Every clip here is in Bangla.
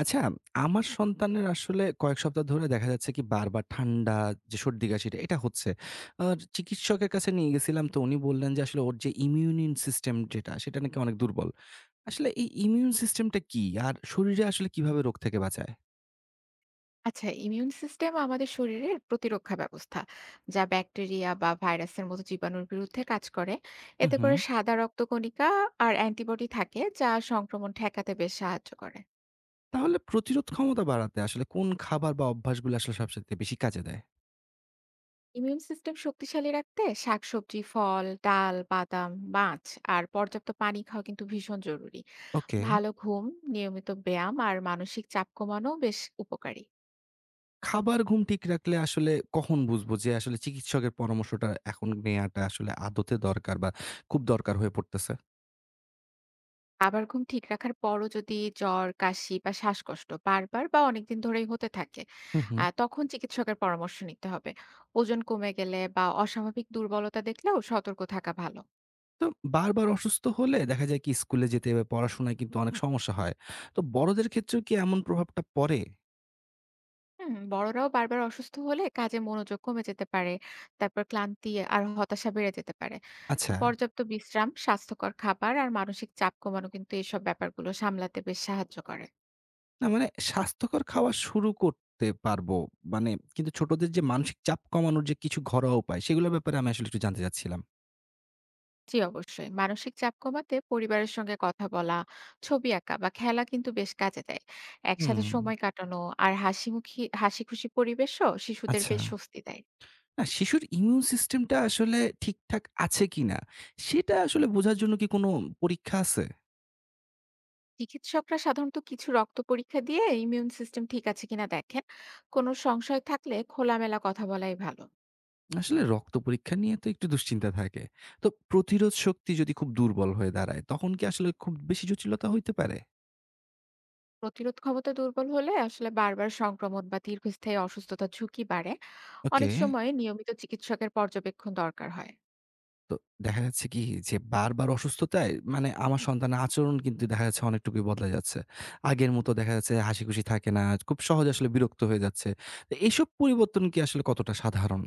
আচ্ছা, আমার সন্তানের আসলে কয়েক সপ্তাহ ধরে দেখা যাচ্ছে কি বারবার ঠান্ডা যে সর্দি-কাশিটা এটা হচ্ছে। আর চিকিৎসকের কাছে নিয়ে গেছিলাম তো উনি বললেন যে আসলে ওর যে ইমিউনিন সিস্টেম যেটা সেটা নাকি অনেক দুর্বল। আসলে এই ইমিউন সিস্টেমটা কি? আর শরীরে আসলে কিভাবে রোগ থেকে বাঁচায়? আচ্ছা ইমিউন সিস্টেম আমাদের শরীরের প্রতিরক্ষা ব্যবস্থা যা ব্যাকটেরিয়া বা ভাইরাসের মতো জীবাণুর বিরুদ্ধে কাজ করে। হুম, এতে হুম। করে সাদা রক্তকণিকা আর অ্যান্টিবডি থাকে যা সংক্রমণ ঠেকাতে বেশ সাহায্য করে। তাহলে প্রতিরোধ ক্ষমতা বাড়াতে আসলে কোন খাবার বা অভ্যাসগুলো আসলে সবচাইতে বেশি কাজে দেয়? ইমিউন সিস্টেম শক্তিশালী রাখতে শাকসবজি, ফল, ডাল, বাদাম, মাছ আর পর্যাপ্ত পানি খাওয়া কিন্তু ভীষণ জরুরি। ওকে। ভালো ঘুম, নিয়মিত ব্যায়াম আর মানসিক চাপ কমানো বেশ উপকারী। খাবার, ঘুম ঠিক রাখলে আসলে কখন বুঝবো যে আসলে চিকিৎসকের পরামর্শটা এখন নেয়াটা আসলে আদতে দরকার বা খুব দরকার হয়ে পড়তেছে? আবার ঘুম ঠিক রাখার পরও যদি জ্বর, কাশি বা শ্বাসকষ্ট বারবার বা অনেকদিন ধরেই হতে থাকে, হুম, হুম। তখন চিকিৎসকের পরামর্শ নিতে হবে। ওজন কমে গেলে বা অস্বাভাবিক দুর্বলতা দেখলেও সতর্ক থাকা ভালো। তো বারবার অসুস্থ হলে দেখা যায় কি স্কুলে যেতে বা পড়াশোনায় কিন্তু অনেক সমস্যা হয়। তো বড়দের ক্ষেত্রেও কি এমন প্রভাবটা পড়ে? হুম, বড়রাও বারবার অসুস্থ হলে কাজে মনোযোগ কমে যেতে পারে। তারপর ক্লান্তি আর হতাশা বেড়ে যেতে পারে। তো আচ্ছা। পর্যাপ্ত বিশ্রাম, স্বাস্থ্যকর খাবার আর মানসিক চাপ কমানো কিন্তু এসব ব্যাপারগুলো সামলাতে বেশ সাহায্য করে। না মানে স্বাস্থ্যকর খাওয়া শুরু করতে পারবো। মানে কিন্তু ছোটদের যে মানসিক চাপ কমানোর যে কিছু ঘরোয়া উপায় সেগুলোর ব্যাপারে আমি আসলে একটু জানতে চাচ্ছিলাম। জি অবশ্যই। মানসিক চাপ কমাতে পরিবারের সঙ্গে কথা বলা, ছবি আঁকা বা খেলা কিন্তু বেশ কাজে দেয়। একসাথে হুম, সময় কাটানো আর হাসিখুশি পরিবেশও শিশুদের আচ্ছা। বেশ স্বস্তি দেয়। না শিশুর ইমিউন সিস্টেমটা আসলে ঠিকঠাক আছে কিনা সেটা আসলে বোঝার জন্য কি কোনো পরীক্ষা আছে? চিকিৎসকরা সাধারণত কিছু রক্ত পরীক্ষা দিয়ে ইমিউন সিস্টেম ঠিক আছে কিনা দেখেন। কোনো সংশয় থাকলে খোলামেলা কথা বলাই ভালো। আসলে রক্ত পরীক্ষা নিয়ে তো একটু দুশ্চিন্তা থাকে। তো প্রতিরোধ শক্তি যদি খুব দুর্বল হয়ে দাঁড়ায়, তখন কি আসলে খুব বেশি জটিলতা হইতে পারে? প্রতিরোধ ক্ষমতা দুর্বল হলে আসলে বারবার সংক্রমণ বা দীর্ঘস্থায়ী অসুস্থতার ঝুঁকি বাড়ে। ওকে। অনেক সময় নিয়মিত চিকিৎসকের পর্যবেক্ষণ দরকার হয়। তো দেখা যাচ্ছে কি যে বারবার অসুস্থতায় মানে আমার সন্তানের আচরণ কিন্তু দেখা যাচ্ছে অনেকটুকুই বদলে যাচ্ছে। আগের মতো দেখা যাচ্ছে হাসিখুশি থাকে না, খুব সহজে আসলে বিরক্ত হয়ে যাচ্ছে। তো এসব পরিবর্তন কি আসলে কতটা সাধারণ?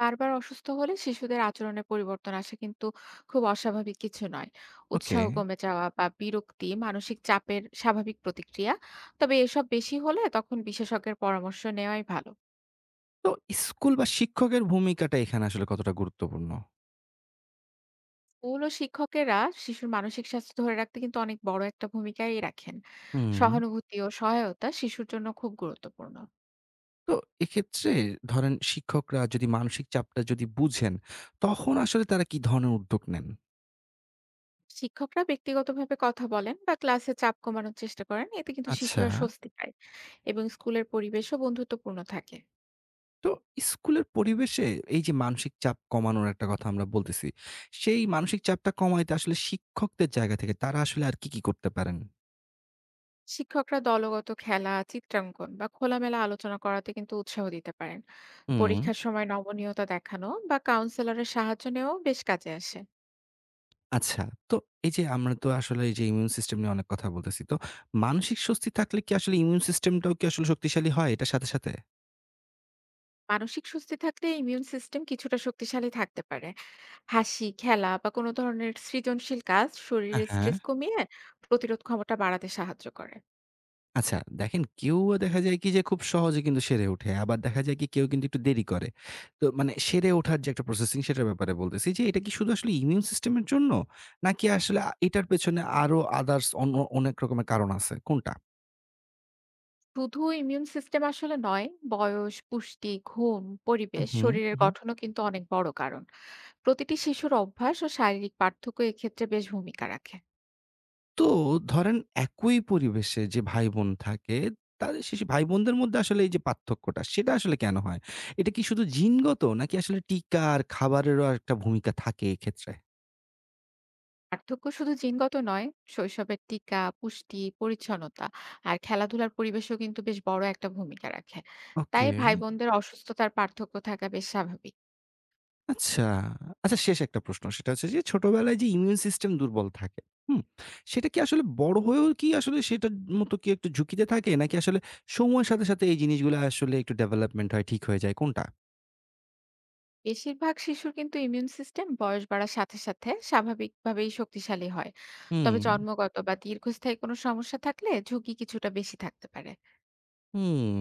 বারবার অসুস্থ হলে শিশুদের আচরণে পরিবর্তন আসা কিন্তু খুব অস্বাভাবিক কিছু নয়। ওকে। উৎসাহ কমে যাওয়া বা বিরক্তি মানসিক চাপের স্বাভাবিক প্রতিক্রিয়া। তবে এসব বেশি হলে তখন বিশেষজ্ঞের পরামর্শ নেওয়াই ভালো। তো স্কুল বা শিক্ষকের ভূমিকাটা এখানে আসলে কতটা গুরুত্বপূর্ণ? স্কুল ও শিক্ষকেরা শিশুর মানসিক স্বাস্থ্য ধরে রাখতে কিন্তু অনেক বড় একটা ভূমিকাই রাখেন। হুম। সহানুভূতি ও সহায়তা শিশুর জন্য খুব গুরুত্বপূর্ণ। তো এক্ষেত্রে ধরেন শিক্ষকরা যদি মানসিক চাপটা যদি বুঝেন, তখন আসলে তারা কি ধরনের উদ্যোগ নেন? শিক্ষকরা ব্যক্তিগতভাবে কথা বলেন বা ক্লাসে চাপ কমানোর চেষ্টা করেন, এতে কিন্তু আচ্ছা। শিশুরা স্বস্তি পায় এবং স্কুলের পরিবেশও বন্ধুত্বপূর্ণ থাকে। তো স্কুলের পরিবেশে এই যে মানসিক চাপ কমানোর একটা কথা আমরা বলতেছি, সেই মানসিক চাপটা কমাইতে আসলে শিক্ষকদের জায়গা থেকে তারা আসলে আর কি করতে পারেন? শিক্ষকরা দলগত খেলা, চিত্রাঙ্কন বা খোলামেলা আলোচনা করাতে কিন্তু উৎসাহ দিতে পারেন। হুম। পরীক্ষার সময় নমনীয়তা দেখানো বা কাউন্সেলরের সাহায্য নেওয়াও বেশ কাজে আসে। আচ্ছা, তো এই যে আমরা তো আসলে এই যে ইমিউন সিস্টেম নিয়ে অনেক কথা বলতেছি। তো মানসিক স্বস্তি থাকলে কি আসলে ইমিউন সিস্টেমটাও কি আসলে শক্তিশালী হয় এটার সাথে? মানসিক স্বস্তি থাকলে ইমিউন সিস্টেম কিছুটা শক্তিশালী থাকতে পারে। হাসি, খেলা বা কোনো ধরনের সৃজনশীল কাজ হ্যাঁ, শরীরের হ্যাঁ। স্ট্রেস কমিয়ে প্রতিরোধ ক্ষমতা বাড়াতে সাহায্য করে। আচ্ছা দেখেন কেউ দেখা যায় কি যে খুব সহজে কিন্তু সেরে ওঠে। আবার দেখা যায় কি কেউ কিন্তু একটু দেরি করে। তো মানে সেরে ওঠার যে একটা প্রসেসিং সেটার ব্যাপারে বলতেছি যে এটা কি শুধু আসলে ইমিউন সিস্টেম এর জন্য? নাকি আসলে এটার পেছনে আরো অন্য অনেক রকমের কারণ আছে? কোনটা? শুধু ইমিউন সিস্টেম আসলে নয়, বয়স, পুষ্টি, ঘুম, হুম, পরিবেশ, হুম, শরীরের হুম। গঠনও কিন্তু অনেক বড় কারণ। প্রতিটি শিশুর অভ্যাস ও শারীরিক পার্থক্য এক্ষেত্রে বেশ ভূমিকা রাখে। তো ধরেন একই পরিবেশে যে ভাই-বোন থাকে, তাদের শেষে ভাই-বোনদের মধ্যে আসলে এই যে পার্থক্যটা সেটা আসলে কেন হয়? এটা কি শুধু জিনগত নাকি আসলে টিকা আর খাবারেরও একটা ভূমিকা থাকে এক্ষেত্রে? পার্থক্য শুধু জিনগত নয়, শৈশবের টিকা, পুষ্টি, পরিচ্ছন্নতা আর খেলাধুলার পরিবেশও কিন্তু বেশ বড় একটা ভূমিকা রাখে। তাই ওকে। ভাই-বোনদের অসুস্থতার পার্থক্য থাকা বেশ স্বাভাবিক। আচ্ছা, আচ্ছা শেষ একটা প্রশ্ন। সেটা হচ্ছে যে ছোটবেলায় যে ইমিউন সিস্টেম দুর্বল থাকে, হুম? সেটা কি আসলে বড় হয়েও কি আসলে সেটার মতো কি একটু ঝুঁকিতে থাকে? নাকি আসলে সময়ের সাথে এই জিনিসগুলা আসলে একটু ডেভেলপমেন্ট হয়, ঠিক হয়ে যায় কোনটা? বেশিরভাগ শিশুর কিন্তু ইমিউন সিস্টেম বয়স বাড়ার সাথে সাথে স্বাভাবিকভাবেই শক্তিশালী হয়। তবে হুম, জন্মগত বা দীর্ঘস্থায়ী কোনো সমস্যা থাকলে ঝুঁকি কিছুটা বেশি থাকতে পারে। হুম।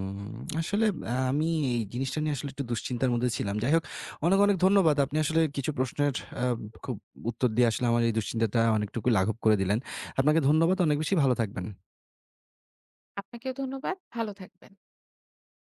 আসলে আমি এই জিনিসটা নিয়ে আসলে একটু দুশ্চিন্তার মধ্যে ছিলাম। যাই হোক অনেক ধন্যবাদ। আপনি আসলে কিছু প্রশ্নের আ খুব উত্তর দিয়ে আসলে আমার এই দুশ্চিন্তাটা অনেকটুকু লাঘব করে দিলেন। আপনাকে ধন্যবাদ। অনেক বেশি ভালো থাকবেন। আপনাকেও ধন্যবাদ। ভালো থাকবেন।